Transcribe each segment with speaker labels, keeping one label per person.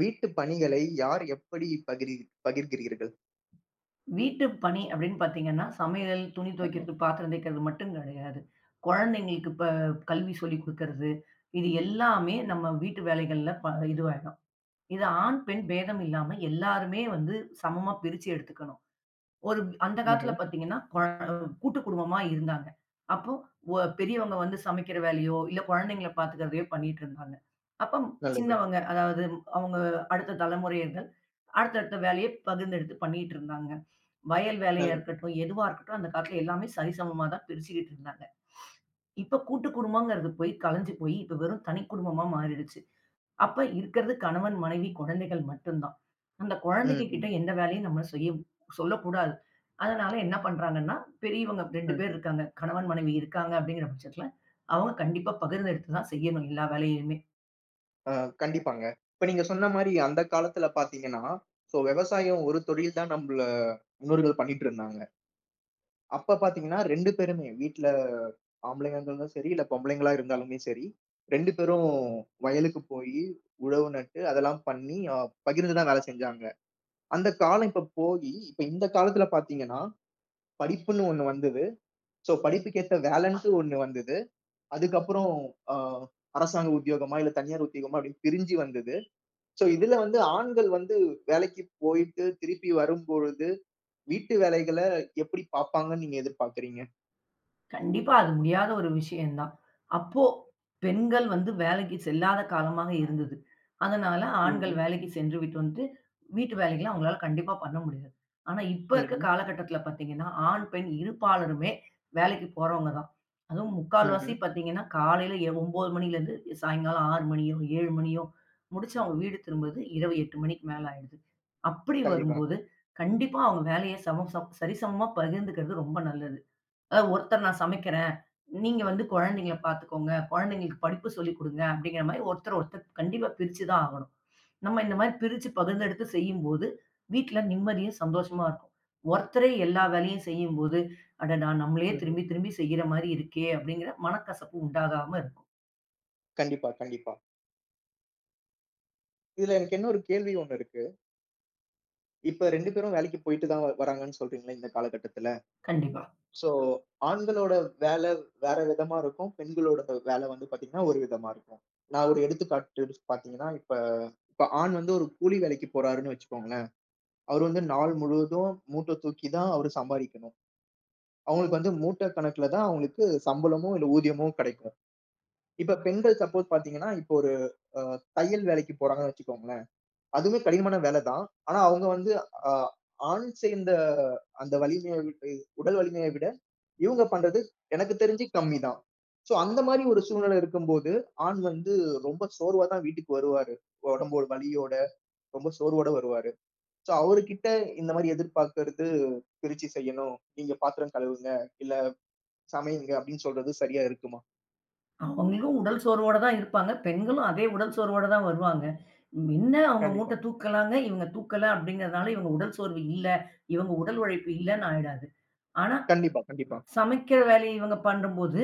Speaker 1: வீட்டு பணிகளை யார் எப்படி பகிர்கிறீர்கள்?
Speaker 2: வீட்டு பணி அப்படின்னு பார்த்தீங்கன்னா, சமையல், துணி
Speaker 1: ஆமா.
Speaker 2: துவைக்கிறது, பாத்திரம் தேய்க்கிறது மட்டும் கிடையாது. குழந்தைங்களுக்கு இப்ப கல்வி சொல்லிக் குடுக்கறது, இது எல்லாமே நம்ம வீட்டு வேலைகள்ல இதுவாயிடும். இது ஆண், பெண் பேதம் இல்லாம எல்லாருமே வந்து சமமா பிரிச்சு எடுத்துக்கணும். ஒரு அந்த காலத்துல
Speaker 1: ம்ஹ்ம்.
Speaker 2: பார்த்தீங்கன்னா, கூட்டு குடும்பமா இருந்தாங்க. அப்போ பெரியவங்க வந்து சமைக்கிற வேலையோ, இல்ல குழந்தைங்கள பார்த்துக்கிறதையோ பண்ணிட்டு இருந்தாங்க. அப்ப
Speaker 1: நல்லது,
Speaker 2: சின்னவங்க, அதாவது அவங்க அடுத்த தலைமுறையினர் அடுத்தடுத்த வேலைய பகிர்ந்தெடுத்து பண்ணிட்டு இருந்தாங்க. வயல் வேலையா
Speaker 1: நல்லது.
Speaker 2: இருக்கட்டும், எதுவா இருக்கட்டும் அந்த காலத்துல எல்லாமே சரிசமமா தான் பிரிச்சுக்கிட்டு இருந்தாங்க. இப்ப கூட்டு குடும்பம்ங்கிறது போய் கலைஞ்சு போய், இப்ப வெறும் தனி குடும்பமா மாறிடுச்சு. அப்ப இருக்கிறது கணவன், மனைவி, குழந்தைகள் மட்டும் தான். அந்த குழந்தைங்க
Speaker 1: ம்,
Speaker 2: கிட்ட
Speaker 1: ம்,
Speaker 2: எந்த வேலையும் நம்ம செய்ய சொல்லக்கூடாது. அதனால என்ன பண்றாங்கன்னா, பெரியவங்க 2 பேர்
Speaker 1: ம்.
Speaker 2: இருக்காங்க. கணவன், மனைவி இருக்காங்க அப்படிங்கிற பட்சத்துல, அவங்க கண்டிப்பா பகிர்ந்தெடுத்து தான் செய்யணும் எல்லா வேலையுமே.
Speaker 1: ஆ, கண்டிப்பாங்க. இப்ப நீங்க சொன்ன மாரி அந்த காலத்துல பார்த்தீங்கன்னா, சோ விவசாயம் ஒரு தொழில் தான் நம்பள முன்னோர்கள் பண்ணிட்டு இருந்தாங்க. அப்ப பார்த்தீங்கன்னா, 2 பேருமே வீட்ல ஆம்பளையா இருந்தாலும் சரி, இல்ல பொம்பளைங்களா இருந்தாலுமே சரி, 2 பேரும் வயலுக்கு போயி உழவு நட்டு, அதெல்லாம் பண்ணி பகிர்ந்து தான் வேலை செஞ்சாங்க. அந்த காலம் இப்ப போயி, இப்ப இந்த காலத்துல பார்த்தீங்கன்னா, படிப்புன்னு ஒண்ணு வந்தது. ஸோ படிப்புக்கேத்த வேலைன்ட்டு ஒண்ணு வந்தது. அதுக்கப்புறம் அ அரசாங்க உத்தியோகமா, இல்ல தனியார் உத்தியோகமா அப்படின்னு பிரிஞ்சு வந்தது. ஸோ இதுல வந்து ஆண்கள் வந்து வேலைக்கு போயிட்டு திருப்பி வரும்பொழுது, வீட்டு வேலைகள எப்படி பார்ப்பாங்கன்னு நீங்க எதிர்பார்க்கிறீங்க?
Speaker 2: கண்டிப்பா. அது முடியாத ஒரு விஷயம் தான். அப்போ பெண்கள் வந்து வேலைக்கு செல்லாத காலமாக இருந்தது. அதனால ஆண்கள்
Speaker 1: ம்ஹ்ம்.
Speaker 2: வேலைக்கு சென்று விட்டு வந்துட்டு, வீட்டு வேலைகள்லாம் அவங்களால கண்டிப்பா பண்ண முடியாது. ஆனா இப்ப இருக்க
Speaker 1: ம்ஹ்ம்.
Speaker 2: காலகட்டத்தில பார்த்தீங்கன்னா, ஆண், பெண் இருபாலருமே வேலைக்கு போறவங்க தான். அதுவும்
Speaker 1: ம்ஹ்ம்.
Speaker 2: முக்கால்வாசி பார்த்தீங்கன்னா, காலையில 9 மணிலேருந்து சாயங்காலம் 6 மணியோ, 7 மணியோ முடிச்சு அவங்க வீடு திரும்புறது இரவு 8 மணிக்கு மேல ஆயிடுது. அப்படி
Speaker 1: கண்டிப்பா.
Speaker 2: வரும்போது, கண்டிப்பா அவங்க வேலைய சம சம் சரிசமமா பகிர்ந்துக்கிறது ரொம்ப நல்லது. ஒருத்தர் நான் சமைக்கிறேன். நீங்க வந்து குழந்தைங்கள பார்த்துக்கோங்க. குழந்தைங்களுக்கு படிப்பு சொல்லிக் குடுங்க. அப்படிங்கிற மாரி ஒருத்தர் ஒருத்தர் கண்டிப்பா பிரிச்சு தான் ஆகணும். நம்ம இந்த மாரி பிரிச்சு பகிர்ந்தெடுத்து செய்யும்போது, வீட்ல நிம்மதியும் சந்தோஷமா இருக்கும். ஒருத்தரே எல்லா வேலையும் செய்யும்போது, அடடா! நம்மளே
Speaker 1: ம்ஹ்ம்.
Speaker 2: திரும்பி திரும்பி செய்யற மாரி இருக்கே! அப்படிங்கிற மனக்கசப்பு உண்டாகாம இருக்கும்.
Speaker 1: கண்டிப்பா, கண்டிப்பா. இதுல எனக்கு இன்னொரு கேள்வி ஒண்ணு இருக்கு. இப்ப 2 பேரும் வேலைக்கு போயிட்டு தான் வராங்கன்னு சொல்றீங்கல்ல இந்த காலகட்டத்துல.
Speaker 2: கண்டிப்பா.
Speaker 1: ஸோ, ஆண்களோட வேலை வேற விதமா இருக்கும். பெண்களோட வேலை வந்து பார்த்தீங்கன்னா, ஒரு விதமா இருக்கும். நான் ஒரு எடுத்துக்காட்டு பார்த்தீங்கன்னா, இப்ப இப்ப ஆண் வந்து ஒரு கூலி வேலைக்கு போறாருன்னு வச்சுக்கோங்களேன். அவரு வந்து நாள் முழுவதும் மூட்டை தூக்கி தான் அவரு சம்பாரிக்கணும். அவங்களுக்கு வந்து மூட்டை கணக்குல தான் அவங்களுக்கு சம்பளமும், இல்ல ஊதியமும் கிடைக்கும். இப்ப பெண்கள் சப்போஸ் பார்த்தீங்கன்னா, இப்போ ஒரு அ தையல் வேலைக்கு போறாங்கன்னு வச்சுக்கோங்களேன். அதுவுமே கடினமான வேலை தான். ஆனா அவங்க வந்து அ ஆண் சேர்ந்த அந்த வலிமைய விட்டு உடல் வலிமைய விட, இவங்க பண்றது எனக்கு தெரிஞ்சு கம்மி தான். சோ அந்த மாரி ஒரு சூழ்நிலை இருக்கும்போது, ஆண் வந்து ரொம்ப சோர்வா தான் வீட்டுக்கு வருவாரு. உடம்பு ஒரு வலியோட, ரொம்ப சோர்வோட வருவாரு. சோ அவருகிட்ட இந்த மாரி எதிர்பார்க்கிறது பிரிச்சு செய்யணும். நீங்க பாத்திரம் கழுவுங்க, இல்ல சமையுங்க அப்படின்னு சொல்றது சரியா இருக்குமா?
Speaker 2: அவங்களும் உடல் சோர்வோட தான் இருப்பாங்க. பெண்களும் அதே உடல் சோர்வோட தான் வருவாங்க. என்ன அவங்க
Speaker 1: கண்டிப்பா,
Speaker 2: மூட்ட தூக்கலாங்க, இவங்க தூக்கல அப்படிங்கிறதுனால இவங்க உடல் சோர்வு இல்ல, இவங்க உடல் உழைப்பு இல்லன்னு ஆயிடாது. ஆனா,
Speaker 1: கண்டிப்பா, கண்டிப்பா.
Speaker 2: சமைக்கிற வேலைய இவங்க பண்ணும்போது,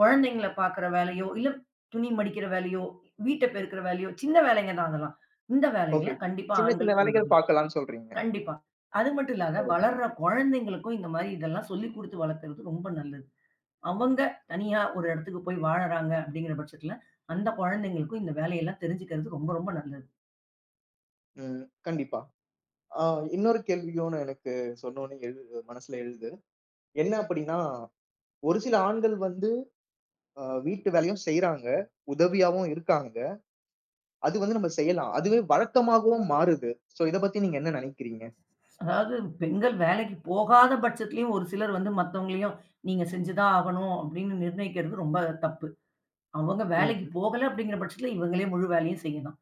Speaker 2: குழந்தைங்கள பார்க்குற வேலையோ, இல்ல துணி மடிக்கிற வேலையோ, வீட்ட பெருக்குற வேலையோ, சின்ன வேலைங்க தான் அதெல்லாம். இந்த வேலைகள
Speaker 1: ஓகே.
Speaker 2: கண்டிப்பா
Speaker 1: சின்ன சின்ன
Speaker 2: ஆண்கள்
Speaker 1: வேலைகள்
Speaker 2: பகிர்ந்துக்கலாம்.
Speaker 1: பார்க்கலாம்னு சொல்றீங்க.
Speaker 2: கண்டிப்பா. அது மட்டும் இல்லாத
Speaker 1: ஓ!
Speaker 2: வளர்ற குழந்தைங்களுக்கும் இந்த மாரி இதெல்லாம் சொல்லிக் குடுத்து வளர்க்கறது ரொம்ப நல்லது. அவங்க தனியா ஒரு இடத்துக்கு போய் வாழறாங்க அப்படிங்கிற பட்சத்துல, அந்த குழந்தைங்களுக்கும் இந்த வேலையெல்லாம் தெரிஞ்சுக்கிறது ரொம்ப ரொம்ப நல்லது.
Speaker 1: ம். கண்டிப்பா. ஆ, இன்னொரு கேள்வியும் எனக்கு சொன்னோனே எழு மனசுல எழுது. என்ன அப்படின்னா, ஒரு சில ஆண்கள் வந்து வீட்டு வேலையும் செய்றாங்க. உதவியாவும் இருக்காங்க. அது வந்து நம்ம செய்யலாம். அதுவே வழக்கமாகவும் மாறுது. சோ இத பத்தி நீங்க என்ன நினைக்கிறீங்க?
Speaker 2: அதாவது பெண்கள் வேலைக்கு போகாத பட்சத்துலயும் ஒரு சிலர் வந்து மத்தவங்களையும், நீங்க செஞ்சு தான் ஆகணும் அப்படின்னு நிர்ணயிக்கிறது ரொம்ப தப்பு. அவங்க வேலைக்கு
Speaker 1: ம்ஹ்ம்.
Speaker 2: போகல அப்படிங்கிற பட்சத்துல, இவங்களே முழு வேலையும் செய்யணும்.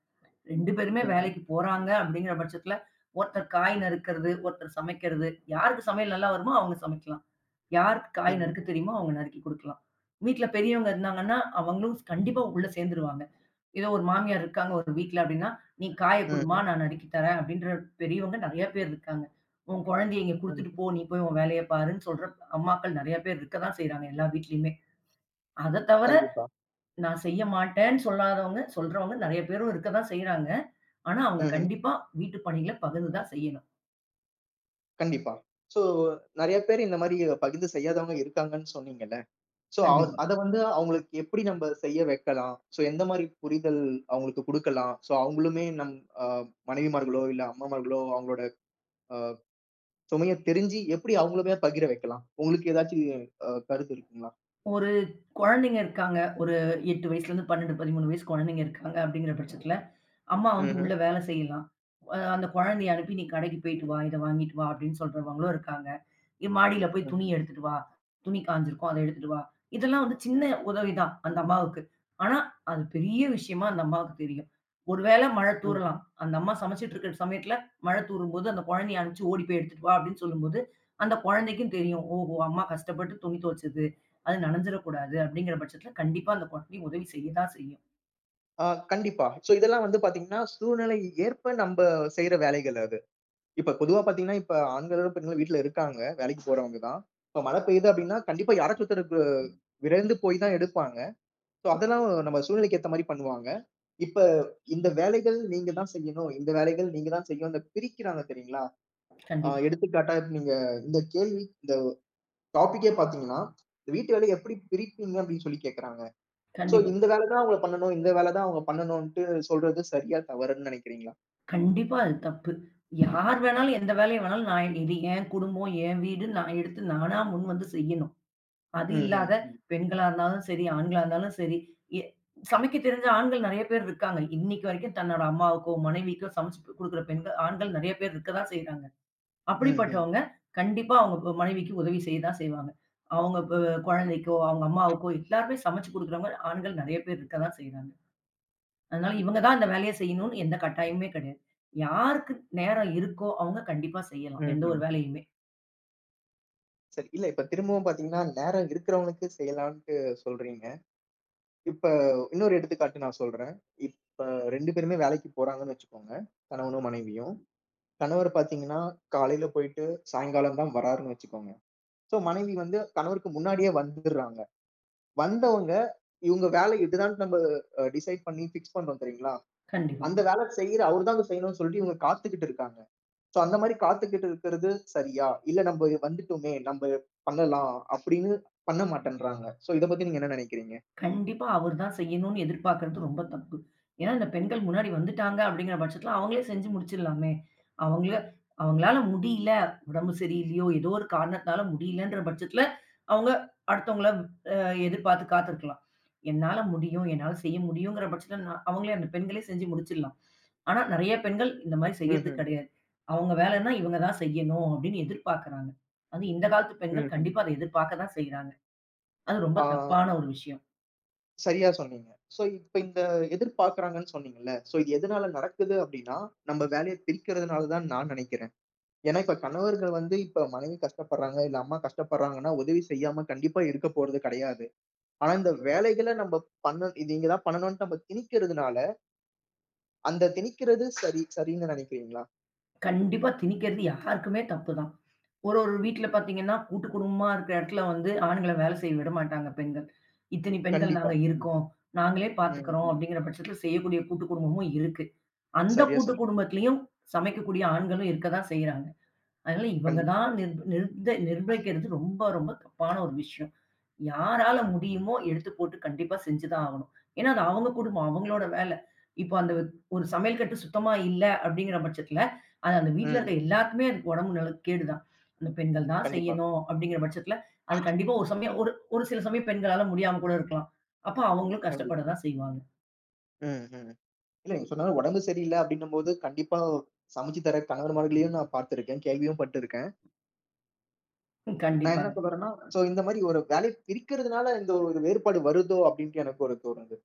Speaker 2: 2 பேருமே
Speaker 1: ம்ஹ்ம்.
Speaker 2: வேலைக்கு போறாங்க அப்படிங்கிற பட்சத்துல, ஒருத்தர் காய் நறுக்கிறது, ஒருத்தர் சமைக்கிறது. யாருக்கு சமையல் நல்லா வருமோ அவங்க சமைக்கலாம். யாருக்கு காய்
Speaker 1: ம்ஹ்ம்.
Speaker 2: நறுக்க தெரியுமோ அவங்க நறுக்கி குடுக்கலாம். வீட்ல பெரியவங்க இருந்தாங்கன்னா, அவங்களும் கண்டிப்பா உள்ள சேர்ந்துருவாங்க. ஏதோ ஒரு மாமியார் இருக்காங்க ஒரு வீட்ல அப்படின்னா, "நீ காய குடும்மா,
Speaker 1: ம்ஹ்ம்.
Speaker 2: நான் நறுக்கி தரேன்" அப்படின்ற பெரியவங்க நெறைய பேர் இருக்காங்க. "உன் குழந்தைய இங்க
Speaker 1: ம்ஹ்ம்.
Speaker 2: குடுத்துட்டு போ, நீ போய் உன் வேலைய பாருன்னு" சொல்ற அம்மாக்கள் நெறைய பேர் இருக்க தான் செய்றாங்க எல்லா வீட்லயுமே. அத தவிர
Speaker 1: கண்டிப்பா.
Speaker 2: நான் செய்ய மாட்டேன்னு சொல்லாதவங்க, சொல்றவங்க நெறைய பேரும் இருக்க தான் செய்றாங்க. ஆனா, அவங்க
Speaker 1: ம்ஹ்ம்.
Speaker 2: கண்டிப்பா வீட்டு பணிகள பகிர்ந்து தான் செய்யணும்.
Speaker 1: கண்டிப்பா. சோ நெறைய பேர் இந்த மாரி பகிர்ந்து செய்யாதவங்க இருக்காங்கன்னு சொன்னீங்க. சோ, அ
Speaker 2: கண்டிப்பா.
Speaker 1: அத வந்து அவங்களுக்கு எப்படி நம்ப செய்ய வைக்கலாம்? சோ, எந்த மாரி புரிதல் அவங்களுக்கு குடுக்கலாம்? சோ, அவங்களுமே நம் அ மனைவிமார்களோ, இல்ல அம்மாமார்களோ அவங்களோட அ சுமைய தெரிஞ்சு எப்படி அவங்களுமே பகிர வைக்கலாம்? உங்களுக்கு ஏதாச்சு கருத்து இருக்குங்களா?
Speaker 2: ஒரு குழந்தைங்க இருக்காங்க. ஒரு 8 வயசுலேருந்து 12, 13 வயசு குழந்தைங்க இருக்காங்க அப்படிங்கிற பட்சத்தில அம்மா வந்து
Speaker 1: ம்ஹ்ம்.
Speaker 2: உள்ள வேலை செய்யலாம். அந்த குழந்தைய அனுப்பி, "நீ கடைக்கு போயிட்டு வா, இத வாங்கிட்டு வா" அப்படின்னு சொல்றவங்களும் இருக்காங்க. "நீ மாடியில போய்
Speaker 1: ம்ஹ்ம்.
Speaker 2: துணி எடுத்துட்டு வா. துணி காய்ஞ்சிருக்கும், அத எடுத்துட்டு வா." இதெல்லாம் வந்து சின்ன உதவி தான் அந்த அம்மாவுக்கு. ஆனா, அது பெரிய விஷயமா அந்த அம்மாவுக்கு தெரியும். ஒரு வேள மழை
Speaker 1: ம்ஹ்ம்.
Speaker 2: தூறலாம். அந்த அம்மா சமைச்சிட்டு இருக்கிற சமயத்துல மழை தூறும்போது, அந்த குழந்தைய அனுப்பிச்சு "ஓடி போய் எடுத்துட்டு வா" அப்படின்னு சொல்லும்போது, அந்த குழந்தைக்கும் தெரியும், "ஓஹோ! அம்மா கஷ்டப்பட்டு துணி துவைச்சது. அது நனைஞ்சிடக்கூடாது." அப்படிங்கிற பட்சத்துல கண்டிப்பா அந்த குழந்தை உதவி செய்ய தான் செய்யும்.
Speaker 1: ஆ, கண்டிப்பா. சோ, இதெல்லாம் வந்து பாத்தீங்கன்னா, சூழ்நிலை ஏற்ப நம்ப செய்ற வேலைகள் அது. இப்ப பொதுவா பாத்தீங்கன்னா, இப்ப ஆண்களோட பெண்களும் வீட்ல இருக்காங்க. வேலைக்கு போறவங்க தான். இப்ப மழை பெய்யுது அப்படின்னா, கண்டிப்பா யாராச்சும் ஒருத்தருக்கு விரைந்து போய் தான் எடுப்பாங்க. ஸோ அதெல்லாம் நம்ம சூழ்நிலைக்கு ஏத்த மாரி பண்ணுவாங்க. இப்ப இந்த வேலைகள் நீங்க தான் செய்யணும். இந்த வேலைகள் நீங்க தான் செய்யணும். இந்த பிரிக்கிறாங்க தெரியுங்களா?
Speaker 2: கண்டிப்பா,
Speaker 1: எடுத்துக்காட்டா இப்ப நீங்க இந்த டாபிக்கே பார்த்தீங்கன்னா, வீட்டு வேலைய எப்படி பிரிப்பீங்க அப்படின்னு சொல்லி கேட்கறாங்க. ஸோ
Speaker 2: கண்டிப்பா.
Speaker 1: இந்த வேலை தான் அவங்க பண்ணணும். இந்த வேலை தான் அவங்க பண்ணணும்ன்ட்டு சொல்றது சரியா? தவறுன்னு நினைக்கிறீங்களா?
Speaker 2: கண்டிப்பா அது தப்பு. யார் வேணாலும், எந்த வேலைய வேணாலும் நான் இது என் குடும்பம், என் வீடு நான் எடுத்து நானா முன் வந்து செய்யணும். அது
Speaker 1: ம்,
Speaker 2: இல்லாத
Speaker 1: ம், ம்.
Speaker 2: பெண்களா இருந்தாலும் சரி, ஆண்களா இருந்தாலும் சரி, எ சமைக்க தெரிஞ்ச ஆண்கள் நெறைய பேர் இருக்காங்க. இன்னைக்கு வரைக்கும் தன்னோட அம்மாவுக்கோ, மனைவிக்கோ சமைச்சு குடுக்குற பெண்கள் ஆண்கள் நெறைய பேர் இருக்க தான் செய்றாங்க.
Speaker 1: ம், ம்,
Speaker 2: அப்படிப்பட்டவங்க கண்டிப்பா அவங்க மனைவிக்கு உதவி செய்ய தான் செய்வாங்க. அவங்க குழந்தைக்கோ, அவங்க அம்மாவுக்கோ எல்லாருமே சமைச்சு குடுக்குறவங்க ஆண்கள் நெறைய பேர் இருக்க தான் செய்றாங்க. அதனால இவங்க தான் இந்த வேலைய செய்யணும்னு எந்த கட்டாயமுமே கிடையாது. யாருக்கு நேரம் இருக்கோ அவங்க கண்டிப்பா செய்யலாம். எந்த
Speaker 1: ம்,
Speaker 2: ஒரு
Speaker 1: ம்.
Speaker 2: வேலையுமே.
Speaker 1: சரி. இல்ல இப்ப திரும்பவும் பார்த்தீங்கன்னா, நேரம் இருக்கிறவங்களுக்கு செய்யலான்ட்டு சொல்றீங்க. இப்ப இன்னொரு எடுத்துக்காட்டு நான் சொல்றேன். இப்ப 2 பேருமே வேலைக்கு போறாங்கன்னு வச்சுக்கோங்க. கணவனும், மனைவியும். கணவர் பார்த்தீங்கன்னா, காலையில போயிட்டு சாயங்காலம் தான் வராருன்னு வச்சுக்கோங்க. ஸோ மனைவி வந்து கணவருக்கு முன்னாடியே வந்துர்றாங்க. வந்தவங்க, இவங்க வேலை இதுதான் நம்ம டிசைட் பண்ணி ஃபிக்ஸ் பண்றோம் தெரியுங்களா?
Speaker 2: கண்டிப்பா.
Speaker 1: அந்த வேலை செய்யற அவரு தான் செய்யணும்னு சொல்லிட்டு இவங்க காத்துக்கிட்டு இருக்காங்க. ஸோ அந்த மாரி காத்துக்கிட்டு இருக்கிறது சரியா? இல்ல நம்ப வந்துட்டோமே, நம்ப பண்ணலாம் அப்படின்னு பண்ண மாட்டேன்றாங்க. ஸோ இத பத்தி நீங்க என்ன நினைக்கிறீங்க?
Speaker 2: கண்டிப்பா அவரு தான் செய்யணும்னு எதிர்பார்க்கிறது ரொம்ப தப்பு. ஏன்னா இந்த பெண்கள் முன்னாடி வந்துட்டாங்க அப்படிங்கிற பட்சத்துல அவங்களே செஞ்சு முடிச்சிடலாமே. அவங்கள அவங்களால முடியல, உடம்பு சரியில்லையோ, ஏதோ ஒரு காரணத்தால முடியலன்ற பட்சத்துல அவங்க அடுத்தவங்கள எதிர்பார்த்து காத்திருக்கலாம். என்னால முடியும், என்னால செய்ய முடியுங்கிற பட்சத்தில நான் அவங்களே அந்த பெண்களே செஞ்சு முடிச்சிடலாம். ஆனா நெறைய பெண்கள் இந்த மாரி செய்யறது
Speaker 1: ம்ஹ்ம்.
Speaker 2: கிடையாது. அவங்க வேலைன்னா இவங்க தான் செய்யணும் அப்படின்னு எதிர்பார்க்கிறாங்க. அது இந்த காலத்து பெண்கள் கண்டிப்பா
Speaker 1: ம்ஹ்ம்.
Speaker 2: அத எதிர்பார்க்க தான் செய்றாங்க. அது ரொம்ப
Speaker 1: ஆ.
Speaker 2: தப்பான ஒரு விஷயம்.
Speaker 1: சரியா சொன்னீங்க. சோ, இப்ப இந்த எதிர்பார்க்கிறாங்கன்னு சொன்னீங்கல்ல. சோ, இது எதனால நடக்குது அப்படின்னா, நம்ம வேலைய பிரிக்கிறதுனால தான் நான் நினைக்கிறேன். ஏன்னா, இப்ப கணவர்கள் வந்து இப்ப மனைவி கஷ்டப்படுறாங்க, இல்ல அம்மா கஷ்டப்படுறாங்கன்னா, உதவி செய்யாம கண்டிப்பா இருக்க போறது கிடையாது. ஆனா, இந்த வேலைகள நம்ம பண்ண இது நீங்க தான் பண்ணணும்ன்ட்டு நம்ம திணிக்கிறதுனால, அந்த திணிக்கிறது சரின்னு நினைக்கிறீங்களா?
Speaker 2: கண்டிப்பா திணிக்கிறது யாருக்குமே தப்பு தான். ஒரு ஒரு வீட்ல பார்த்தீங்கன்னா, கூட்டு குடும்பமா இருக்கிற இடத்துல வந்து ஆண்கள வேலை செய்ய விடமாட்டாங்க பெண்கள். இத்தனி பெண்கள்
Speaker 1: கண்டிப்பா.
Speaker 2: நாங்க
Speaker 1: ம்.
Speaker 2: இருக்கோம். நாங்களே
Speaker 1: ம்,
Speaker 2: பார்த்துக்கிறோம்
Speaker 1: ம்.
Speaker 2: அப்படிங்கிற பட்சத்தில செய்யக்கூடிய கூட்டு குடும்பமும் இருக்கு. அந்த
Speaker 1: சரியா
Speaker 2: கூட்டு
Speaker 1: சொன்னீங்க.
Speaker 2: குடும்பத்திலயும் சமைக்கக்கூடிய ஆண்களும் இருக்க தான் செய்றாங்க. அதனால இவங்க
Speaker 1: கண்டிப்பா.
Speaker 2: தான் நிர்ப் நிர்த நிர்வகிக்கிறது ரொம்ப, ரொம்ப தப்பான ஒரு விஷயம். யாரால முடியுமோ எடுத்து போட்டு கண்டிப்பா செஞ்சு தான் ஆகணும். ஏன்னா, அது அவங்க குடும்பம், அவங்களோட வேலை. இப்போ அந்த ஒரு சமையல் கட்டு சுத்தமா இல்ல அப்படிங்கிற பட்சத்தில, அது அந்த வீட்ல
Speaker 1: ம்,
Speaker 2: இருக்க
Speaker 1: ம்.
Speaker 2: எல்லாருக்குமே அதுக்கு உடம்பு நல கேடு தான். அந்த பெண்கள் தான்
Speaker 1: கண்டிப்பா,
Speaker 2: செய்யணும் அப்படிங்கிற பட்சத்தில, அது கண்டிப்பா ஒரு சமயம் ஒரு ஒரு சில சமயம் பெண்களால முடியாம கூட இருக்கலாம். அப்ப அவங்களும் கஷ்டப்பட
Speaker 1: கண்டிப்பா.
Speaker 2: தான் செய்வாங்க.
Speaker 1: ம், ம். இல்ல நீங்க சொன்ன மாரி உடம்பு சரியில்ல அப்டின்னும்போது, கண்டிப்பா சமைச்சு தர கணவன்மார்களையும் நான் பார்த்திருக்கேன். கேள்வியும் பட்டுருக்கேன். நான்
Speaker 2: கண்டிப்பா.
Speaker 1: என்ன சொல்ல வரேன்னா, சோ இந்த மாரி ஒரு வேலை பிரிக்கிறதுனால இந்த ஒரு ஒரு வேறுபாடு வருதோ அப்டின்ட்டு எனக்கு ஒரு தோணுது.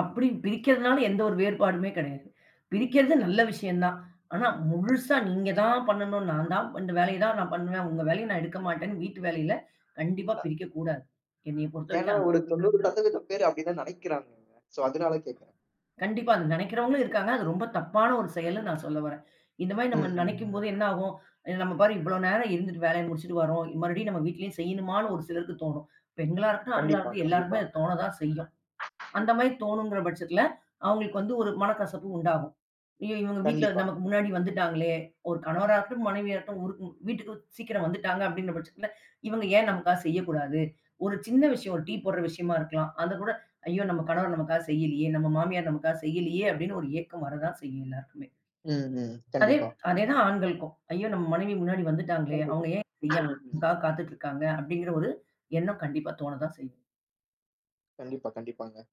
Speaker 2: அப்படி பிரிக்கிறதுனால எந்த ஒரு வேறுபாடுமே கிடையாது. பிரிக்கிறது நல்ல விஷயம் தான். ஆனா முழுசா நீங்க தான் பண்ணணும். நான் தான் இந்த வேலைய தான் நான் பண்ணுவேன். உங்க வேலைய நான் எடுக்க மாட்டேன்னு வீட்டு வேலையில கண்டிப்பா பிரிக்கக் கூடாது. என்னைய
Speaker 1: ஏன்னா,
Speaker 2: பொறுத்தவரைக்கும் அது
Speaker 1: ஒரு 90% பேர் அப்டிதான் நெனைக்கிறாங்கங்க. சோ அதனால கேட்கிறேன்.
Speaker 2: கண்டிப்பா அது நினைக்கிறவங்களும் இருக்காங்க. அது ரொம்ப தப்பான ஒரு செயல்ன்னு நான் சொல்ல வரேன். இந்த மாரி
Speaker 1: ம்,
Speaker 2: நம்ம
Speaker 1: ம்.
Speaker 2: நினைக்கும்போது என்ன ஆகும்? நம்ம பாரு இவ்வளோ நேரம் இருந்துட்டு வேலைய முடிச்சுட்டு வரோம். மறுபடியும் நம்ம வீட்லயும் செய்யணுமான்னு ஒரு சிலருக்கு தோணும். பெண்களா இருக்கட்டும், ஆண்களா
Speaker 1: கண்டிப்பா,
Speaker 2: இருக்கட்டும்
Speaker 1: கண்டிப்பா,
Speaker 2: எல்லாருக்குமே அது தோண தான் செய்யும். அந்த மாரி தோணுங்கிற பட்சத்துல, அவங்களுக்கு வந்து ஒரு மனக்கசப்பு உண்டாகும். ஐயோ! இவங்க வீட்ல
Speaker 1: கண்டிப்பா.
Speaker 2: நமக்கு முன்னாடி வந்துட்டாங்களே! ஒரு கணவரா இருக்கட்டும், மனைவியா இருக்கட்டும், ஊருக்கு வீட்டுக்கு சீக்கிரம் வந்துட்டாங்க அப்படிங்கிற பட்சத்துல, இவங்க ஏன் நமக்காக செய்யக்கூடாது? ஒரு சின்ன விஷயம், ஒரு டீ போடுற விஷயமா இருக்கலாம். அத கூட, ஐயோ! நம்ம கணவர் நமக்காக செய்யலையே! நம்ம மாமியார் நமக்காக செய்யலையே! அப்படின்னு ஒரு ஏக்கம் வரதான் செய்யும் எல்லாருக்குமே.
Speaker 1: ம், ம்.
Speaker 2: அதே
Speaker 1: கண்டிப்பா,
Speaker 2: அதேதான் ஆண்களுக்கும். ஐயோ! நம்ம மனைவி முன்னாடி வந்துட்டாங்களே!
Speaker 1: கண்டிப்பா.
Speaker 2: அவங்க ஏன் செய்யா
Speaker 1: ம், ம்.
Speaker 2: நமக்காக காத்துட்டு இருக்காங்க? அப்படிங்கிற ஒரு எண்ணம் கண்டிப்பா தோணதான் செய்யும்.
Speaker 1: கண்டிப்பா, கண்டிப்பாங்க.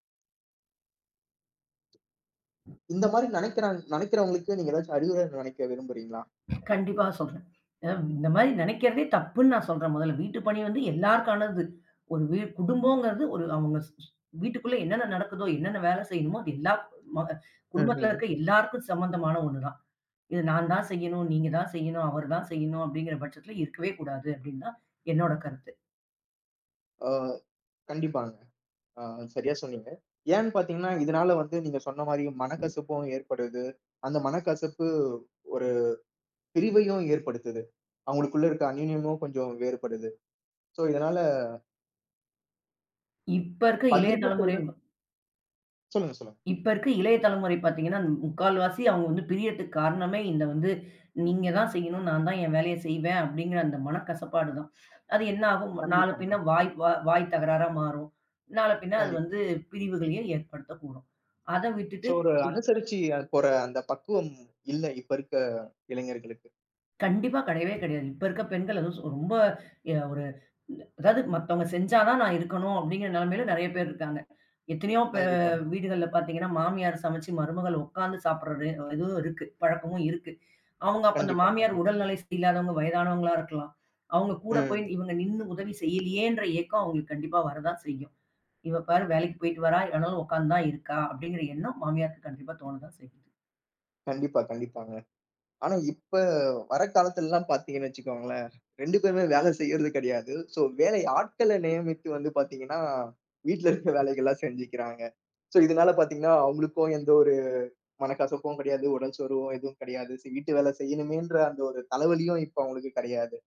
Speaker 1: இந்த மாரி நெனைக்கிறவங்களுக்கு நீங்க ஏதாச்சும் அறிவுரை நினைக்க விரும்புறீங்களா?
Speaker 2: கண்டிப்பா சொல்றேன். இந்த மாரி நெனைக்கிறதே தப்புன்னு நான் சொல்றேன் முதல்ல. வீட்டு பணி வந்து எல்லாருக்கானது. ஒரு வீ குடும்பங்கிறது ஒரு அவங்க ஸ் ஸ் வீட்டுக்குள்ள என்னென்ன நடக்குதோ, என்னென்ன வேலை செய்யணுமோ, அது எல்லா ம குடும்பத்தில
Speaker 1: ம்ஹ்ம்.
Speaker 2: இருக்க எல்லாருக்கும் சம்மந்தமான ஒண்ணு தான். "இது நான் தான் செய்யணும், நீங்க தான் செய்யணும், அவர் தான் செய்யணும்" அப்படிங்கிற பட்சத்தில இருக்கவே கூடாது அப்படின்னு தான் என்னோட கருத்து.
Speaker 1: ஆ, கண்டிப்பாங்க. ஆ, சரியா சொன்னீங்க. ஏன்னு பார்த்தீங்கன்னா, இதனால வந்து நீங்க சொன்ன மாரி மனக்கசப்பும் ஏற்படுது. அந்த மனக்கசப்பு ஒரு பிரிவையும் ஏற்படுத்துது. அவங்களுக்குள்ள இருக்க அந்யோன்யமும் கொஞ்சம் வேறுபடுது. சோ, இதனால
Speaker 2: இப்ப இருக்க இளைய
Speaker 1: பகிர்ந்து செய்ற
Speaker 2: தலைமுறை
Speaker 1: சொல்லுங்க, சொல்லுங்க.
Speaker 2: இப்ப இருக்க இளைய தலைமுறை பார்த்தீங்கன்னா, முக்கால்வாசி அவங்க வந்து பிரியறதுக்கு காரணமே இந்த வந்து, "நீங்க தான் செய்யணும். நான் தான் என் வேலைய செய்வேன்." அப்படிங்கிற அந்த மனக்கசப்பாடு தான். அது என்ன ஆகும்? நாள
Speaker 1: கண்டிப்பாங்க.
Speaker 2: பின்ன வாய் தகராறா மாறும். நாள பின்ன அது
Speaker 1: கண்டிப்பா.
Speaker 2: வந்து பிரிவுகளையும் ஏற்படுத்தக்கூடும். அத விட்டுட்டு
Speaker 1: சோ, ஒரு
Speaker 2: இ
Speaker 1: அனுசரிச்சு போற அந்த பக்குவம் இல்ல இப்ப இருக்க இளைஞர்களுக்கு.
Speaker 2: கண்டிப்பா கிடையவே கிடையாது. இப்ப இருக்க பெண்கள் அதுவும் ரொம்ப ஒரு அதாவது மத்தவங்க செஞ்சா தான் நான் இருக்கணும் அப்படிங்கிற நிலைமையில நெறைய பேர் இருக்காங்க. எத்தனையோ பெ
Speaker 1: கண்டிப்பா.
Speaker 2: வீடுகள்ல பார்த்தீங்கன்னா, மாமியார் சமைச்சு மருமகள் உட்கார்ந்து சாப்பிடுறது இதுவும் இருக்கு. பழக்கமும் இருக்கு. அவங்க அப்ப அந்த
Speaker 1: கண்டிப்பா,
Speaker 2: மாமியார்
Speaker 1: கண்டிப்பா.
Speaker 2: உடல்நிலை சரியில்லாதவங்க, வயதானவங்களா இருக்கலாம். அவங்க கூட போய்
Speaker 1: ம்.
Speaker 2: இவங்க நின்னு உதவி செய்யலையேன்ற ஏக்கம் அவங்களுக்கு கண்டிப்பா வரதான் செய்யும். "இவ பாரு வேலைக்கு போயிட்டு வரா, ஆனாலும் உட்கார்ந்து தான் இருக்கா" அப்படிங்கிற எண்ணம் மாமியாருக்கு கண்டிப்பா தோணதான் செய்யும்.
Speaker 1: கண்டிப்பா, கண்டிப்பாங்க. ஆனா இப்ப வர காலத்துலலாம் பார்த்தீங்கன்னு வச்சுக்கோங்களேன், 2 பேருமே வேலை செய்யறது கிடையாது. ஸோ, வேலை ஆட்கள நியமித்து வந்து பார்த்தீங்கன்னா, வீட்ல இருக்க வேலைகள்லாம் செஞ்சுக்கிறாங்க. ஸோ, இதனால பார்த்தீங்கன்னா, அவங்களுக்கும் எந்த ஒரு மனக்கசப்பும் கிடையாது. உடல் சோர்வும் எதுவும் கிடையாது. சரி வீட்டு வேலை செய்யணுமேன்ற அந்த ஒரு தலைவலியும் இப்ப அவங்களுக்கு கிடையாது.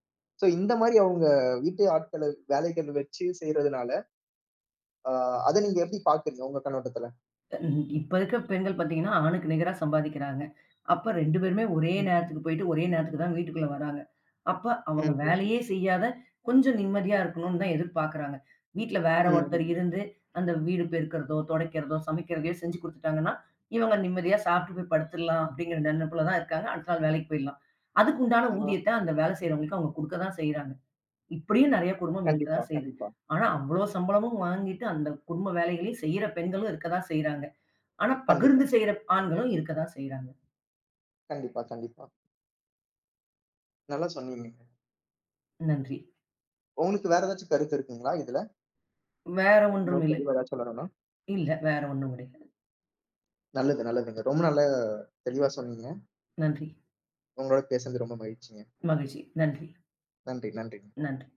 Speaker 1: ஸோ, இந்த மாரி அவங்க வீட்டு ஆட்கள வேலைகள் வச்சு செய்றதுனால, அ அத நீங்க எப்படி பார்க்குறீங்க உங்க கண்ணோட்டத்துல?
Speaker 2: ம். இப்ப இருக்க பெண்கள் பார்த்தீங்கன்னா, ஆணுக்கு நிகரா சம்பாதிக்கிறாங்க. அப்ப 2 பேருமே ஒரே
Speaker 1: ம்ஹ்ம்.
Speaker 2: நேரத்துக்கு போயிட்டு, ஒரே நேரத்துக்கு தான் வீட்டுக்குள்ள வராங்க. அப்ப அவங்க
Speaker 1: ம்ஹ்ம்.
Speaker 2: வேலையே செய்யாத, கொஞ்சம் நிம்மதியா இருக்கணும்னு தான் எதிர்பார்க்குறாங்க. வீட்ல வேற ஒருத்தர்
Speaker 1: ம்ஹ்ம்.
Speaker 2: இருந்து, அந்த வீடு பெருக்கிறதோ, துடைக்கிறதோ, சமைக்கிறதையோ செஞ்சு குடுத்துட்டாங்கன்னா, இவங்க நிம்மதியா சாப்பிட்டு போய் படுத்துடலாம் அப்படிங்கிற நெனப்புல தான் இருக்காங்க. அடுத்த நாள் வேலைக்கு போயிடலாம். அதுக்கு உண்டான
Speaker 1: ஆ.
Speaker 2: ஊதியத்த அந்த வேலை செய்றவங்களுக்கு அவங்க குடுக்க தான் செய்றாங்க. இப்படியும் நெறைய குடும்பம் இருக்க
Speaker 1: கண்டிப்பா,
Speaker 2: தான் செய்யுது.
Speaker 1: கண்டிப்பா,
Speaker 2: ஆனா, அவ்ளோ சம்பளமும் வாங்கிட்டு அந்த குடும்ப வேலைகளையும் செய்ற பெண்களும் இருக்க தான் செய்றாங்க. ஆனா
Speaker 1: கண்டிப்பா,
Speaker 2: பகிர்ந்து செய்ற ஆண்களும் இருக்கதான் செய்றாங்க.
Speaker 1: கண்டிப்பா, கண்டிப்பா. நல்லா சொன்னீங்க.
Speaker 2: நன்றி.
Speaker 1: உங்களுக்கு வேற ஏதாச்சும் கருத்து இருக்குங்களா இதுல?
Speaker 2: வேற ஒன்றும்
Speaker 1: இன்னும்
Speaker 2: இல்லை.
Speaker 1: தெளிவா ஏதாவது சொல்லணும்னா?
Speaker 2: இல்ல வேற ஒண்ணும் கிடையாது.
Speaker 1: நல்லது, நல்லதுங்க. ரொம்ப நல்லா தெளிவா சொன்னீங்க.
Speaker 2: நன்றி.
Speaker 1: உங்களோட பேசுனது ரொம்ப மகிழ்ச்சிங்க.
Speaker 2: மகிழ்ச்சி. நன்றி.
Speaker 1: நன்றி, நன்றி.
Speaker 2: நன்றி.